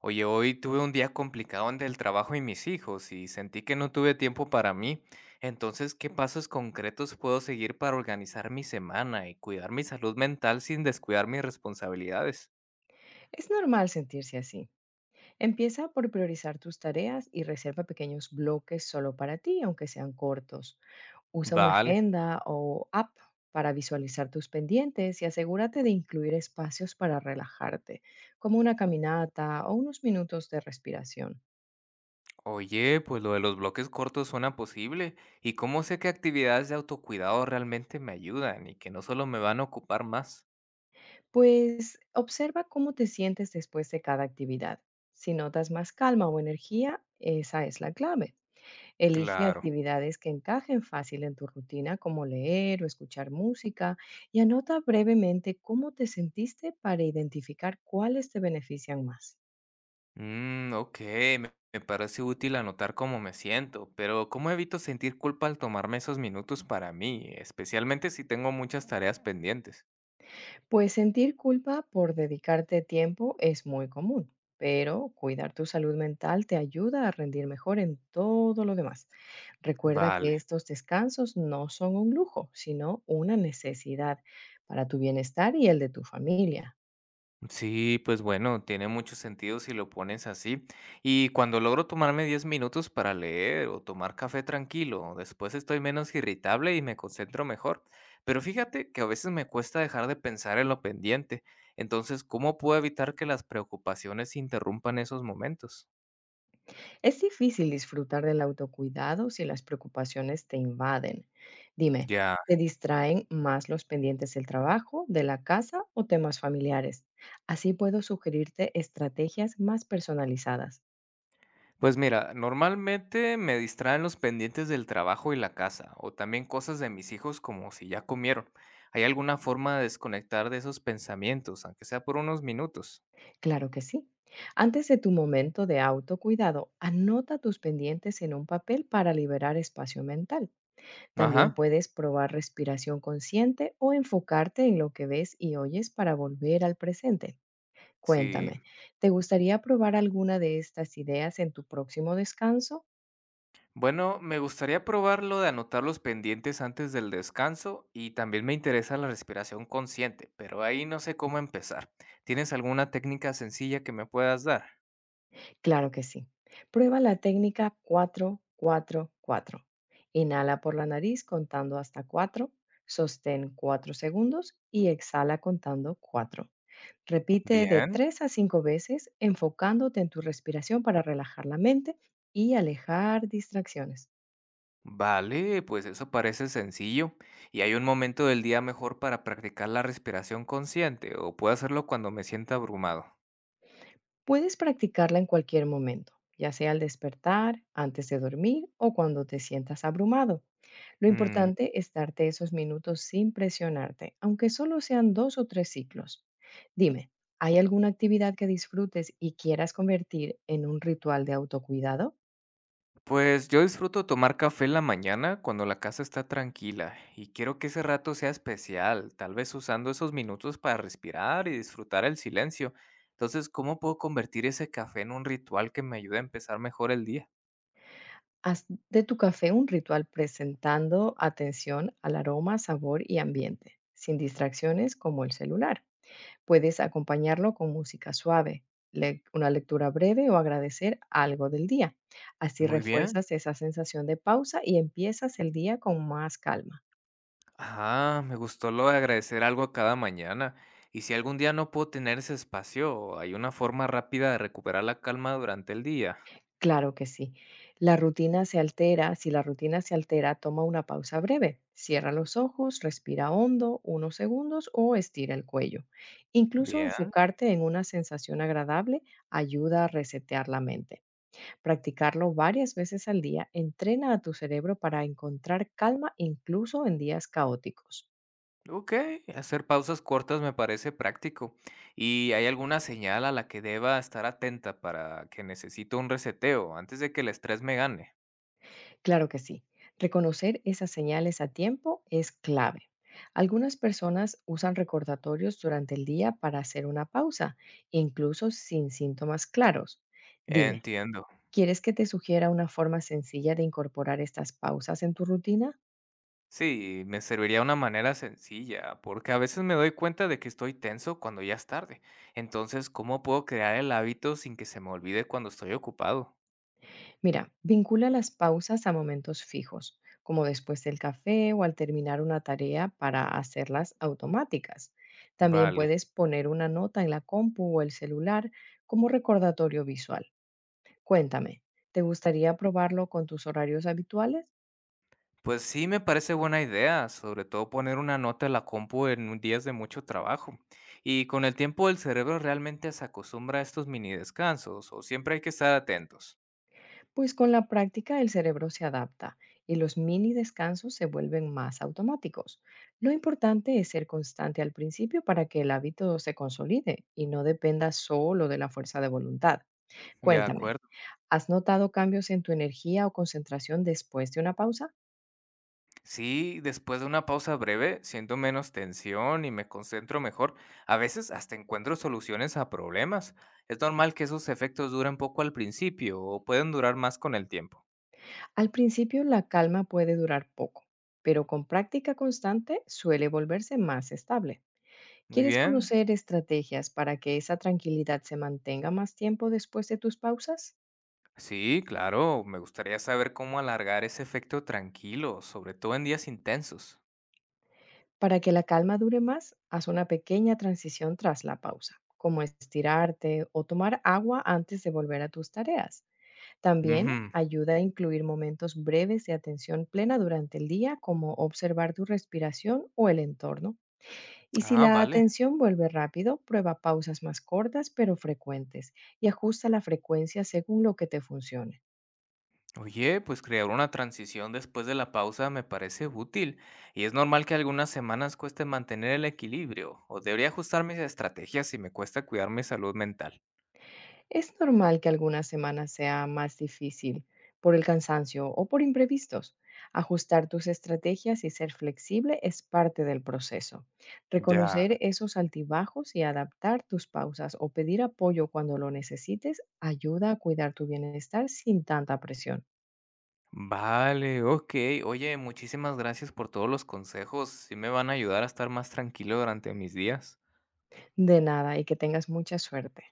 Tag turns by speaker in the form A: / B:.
A: Oye, hoy tuve un día complicado entre el trabajo y mis hijos y sentí que no tuve tiempo para mí. Entonces, ¿qué pasos concretos puedo seguir para organizar mi semana y cuidar mi salud mental sin descuidar mis responsabilidades?
B: Es normal sentirse así. Empieza por priorizar tus tareas y reserva pequeños bloques solo para ti, aunque sean cortos. Usa una
A: Vale.
B: agenda o app para visualizar tus pendientes y asegúrate de incluir espacios para relajarte, como una caminata o unos minutos de respiración.
A: Oye, pues lo de los bloques cortos suena posible. ¿Y cómo sé qué actividades de autocuidado realmente me ayudan y que no solo me van a ocupar más?
B: Pues observa cómo te sientes después de cada actividad. Si notas más calma o energía, esa es la clave. Elige
A: Claro.
B: actividades que encajen fácil en tu rutina, como leer o escuchar música, y anota brevemente cómo te sentiste para identificar cuáles te benefician más.
A: Mm, ok, me parece útil anotar cómo me siento, pero ¿cómo evito sentir culpa al tomarme esos minutos para mí, especialmente si tengo muchas tareas pendientes?
B: Pues sentir culpa por dedicarte tiempo es muy común, pero cuidar tu salud mental te ayuda a rendir mejor en todo lo demás. Recuerda
A: Vale.
B: que estos descansos no son un lujo, sino una necesidad para tu bienestar y el de tu familia.
A: Sí, pues bueno, tiene mucho sentido si lo pones así. Y cuando logro tomarme 10 minutos para leer o tomar café tranquilo, después estoy menos irritable y me concentro mejor. Pero fíjate que a veces me cuesta dejar de pensar en lo pendiente. Entonces, ¿cómo puedo evitar que las preocupaciones interrumpan esos momentos?
B: Es difícil disfrutar del autocuidado si las preocupaciones te invaden. Dime,
A: Ya.
B: ¿te distraen más los pendientes del trabajo, de la casa o temas familiares? Así puedo sugerirte estrategias más personalizadas.
A: Pues mira, normalmente me distraen los pendientes del trabajo y la casa, o también cosas de mis hijos como si ya comieron. ¿Hay alguna forma de desconectar de esos pensamientos, aunque sea por unos minutos?
B: Claro que sí. Antes de tu momento de autocuidado, anota tus pendientes en un papel para liberar espacio mental. También
A: Ajá,
B: puedes probar respiración consciente o enfocarte en lo que ves y oyes para volver al presente.
A: sí.
B: Cuéntame, ¿te gustaría probar alguna de estas ideas en tu próximo descanso?
A: Bueno, me gustaría probar lo de anotar los pendientes antes del descanso y también me interesa la respiración consciente, pero ahí no sé cómo empezar. ¿Tienes alguna técnica sencilla que me puedas dar?
B: Claro que sí. Prueba la técnica 4-4-4. Inhala por la nariz contando hasta 4, sostén 4 segundos y exhala contando 4. Repite de
A: Bien.
B: 3 a 5 veces enfocándote en tu respiración para relajar la mente y alejar distracciones.
A: Vale, pues eso parece sencillo. ¿Y hay un momento del día mejor para practicar la respiración consciente o puedo hacerlo cuando me sienta abrumado?
B: Puedes practicarla en cualquier momento, ya sea al despertar, antes de dormir o cuando te sientas abrumado. Lo
A: Mm,
B: importante es darte esos minutos sin presionarte, aunque solo sean dos o tres ciclos. Dime, ¿hay alguna actividad que disfrutes y quieras convertir en un ritual de autocuidado?
A: pues yo disfruto tomar café en la mañana cuando la casa está tranquila y quiero que ese rato sea especial, tal vez usando esos minutos para respirar y disfrutar el silencio. Entonces, ¿cómo puedo convertir ese café en un ritual que me ayude a empezar mejor el día?
B: Haz de tu café un ritual presentando atención al aroma, sabor y ambiente, sin distracciones como el celular. Puedes acompañarlo con música suave, una lectura breve o agradecer algo del día. Así
A: Muy bien.
B: refuerzas esa sensación de pausa y empiezas el día con más calma.
A: Ah, me gustó lo de agradecer algo cada mañana. Y si algún día no puedo tener ese espacio, ¿hay una forma rápida de recuperar la calma durante el día?
B: Claro que sí. La rutina se altera, Si la rutina se altera, toma una pausa breve. Cierra los ojos, respira hondo unos segundos o estira el cuello. Incluso
A: Bien,
B: enfocarte en una sensación agradable ayuda a resetear la mente. Practicarlo varias veces al día entrena a tu cerebro para encontrar calma incluso en días caóticos.
A: ok. Hacer pausas cortas me parece práctico. ¿Y hay alguna señal a la que deba estar atenta para que necesito un reseteo antes de que el estrés me gane?
B: Claro que sí, reconocer esas señales a tiempo es clave. Algunas personas usan recordatorios durante el día para hacer una pausa, incluso sin síntomas claros. Dime,
A: Entiendo.
B: ¿quieres que te sugiera una forma sencilla de incorporar estas pausas en tu rutina?
A: Sí, me serviría una manera sencilla, porque a veces me doy cuenta de que estoy tenso cuando ya es tarde. Entonces, ¿cómo puedo crear el hábito sin que se me olvide cuando estoy ocupado?
B: Mira, vincula las pausas a momentos fijos, como después del café o al terminar una tarea para hacerlas automáticas. También
A: Vale.
B: puedes poner una nota en la compu o el celular como recordatorio visual. Cuéntame, ¿te gustaría probarlo con tus horarios habituales?
A: Pues sí, me parece buena idea, sobre todo poner una nota en la compu en días de mucho trabajo. Y con el tiempo el cerebro realmente se acostumbra a estos mini descansos, o siempre hay que estar atentos.
B: Pues con la práctica el cerebro se adapta y los mini descansos se vuelven más automáticos. Lo importante es ser constante al principio para que el hábito se consolide y no dependa solo de la fuerza de voluntad.
A: De
B: Cuéntame,
A: acuerdo.
B: ¿has notado cambios en tu energía o concentración después de una pausa?
A: Sí, después de una pausa breve, siento menos tensión y me concentro mejor. A veces hasta encuentro soluciones a problemas. Es normal que esos efectos duren poco al principio o pueden durar más con el tiempo.
B: Al principio la calma puede durar poco, pero con práctica constante suele volverse más estable.
A: Muy
B: ¿Quieres
A: bien.
B: conocer estrategias para que esa tranquilidad se mantenga más tiempo después de tus pausas?
A: Sí, claro, me gustaría saber cómo alargar ese efecto tranquilo, sobre todo en días intensos.
B: Para que la calma dure más, haz una pequeña transición tras la pausa, como estirarte o tomar agua antes de volver a tus tareas. También
A: Ujú.
B: ayuda a incluir momentos breves de atención plena durante el día, como observar tu respiración o el entorno. Y si
A: Ah,
B: la
A: vale.
B: atención vuelve rápido, prueba pausas más cortas pero frecuentes y ajusta la frecuencia según lo que te funcione.
A: Oye, pues crear una transición después de la pausa me parece útil y es normal que algunas semanas cueste mantener el equilibrio o debería ajustar mis estrategias si me cuesta cuidar mi salud mental.
B: Es normal que algunas semanas sea más difícil por el cansancio o por imprevistos. Ajustar tus estrategias y ser flexible es parte del proceso.
A: Ya.
B: Reconocer esos altibajos y adaptar tus pausas o pedir apoyo cuando lo necesites ayuda a cuidar tu bienestar sin tanta presión.
A: Vale, ok. Oye, muchísimas gracias por todos los consejos. Sí me van a ayudar a estar más tranquilo durante mis días.
B: De nada y que tengas mucha suerte.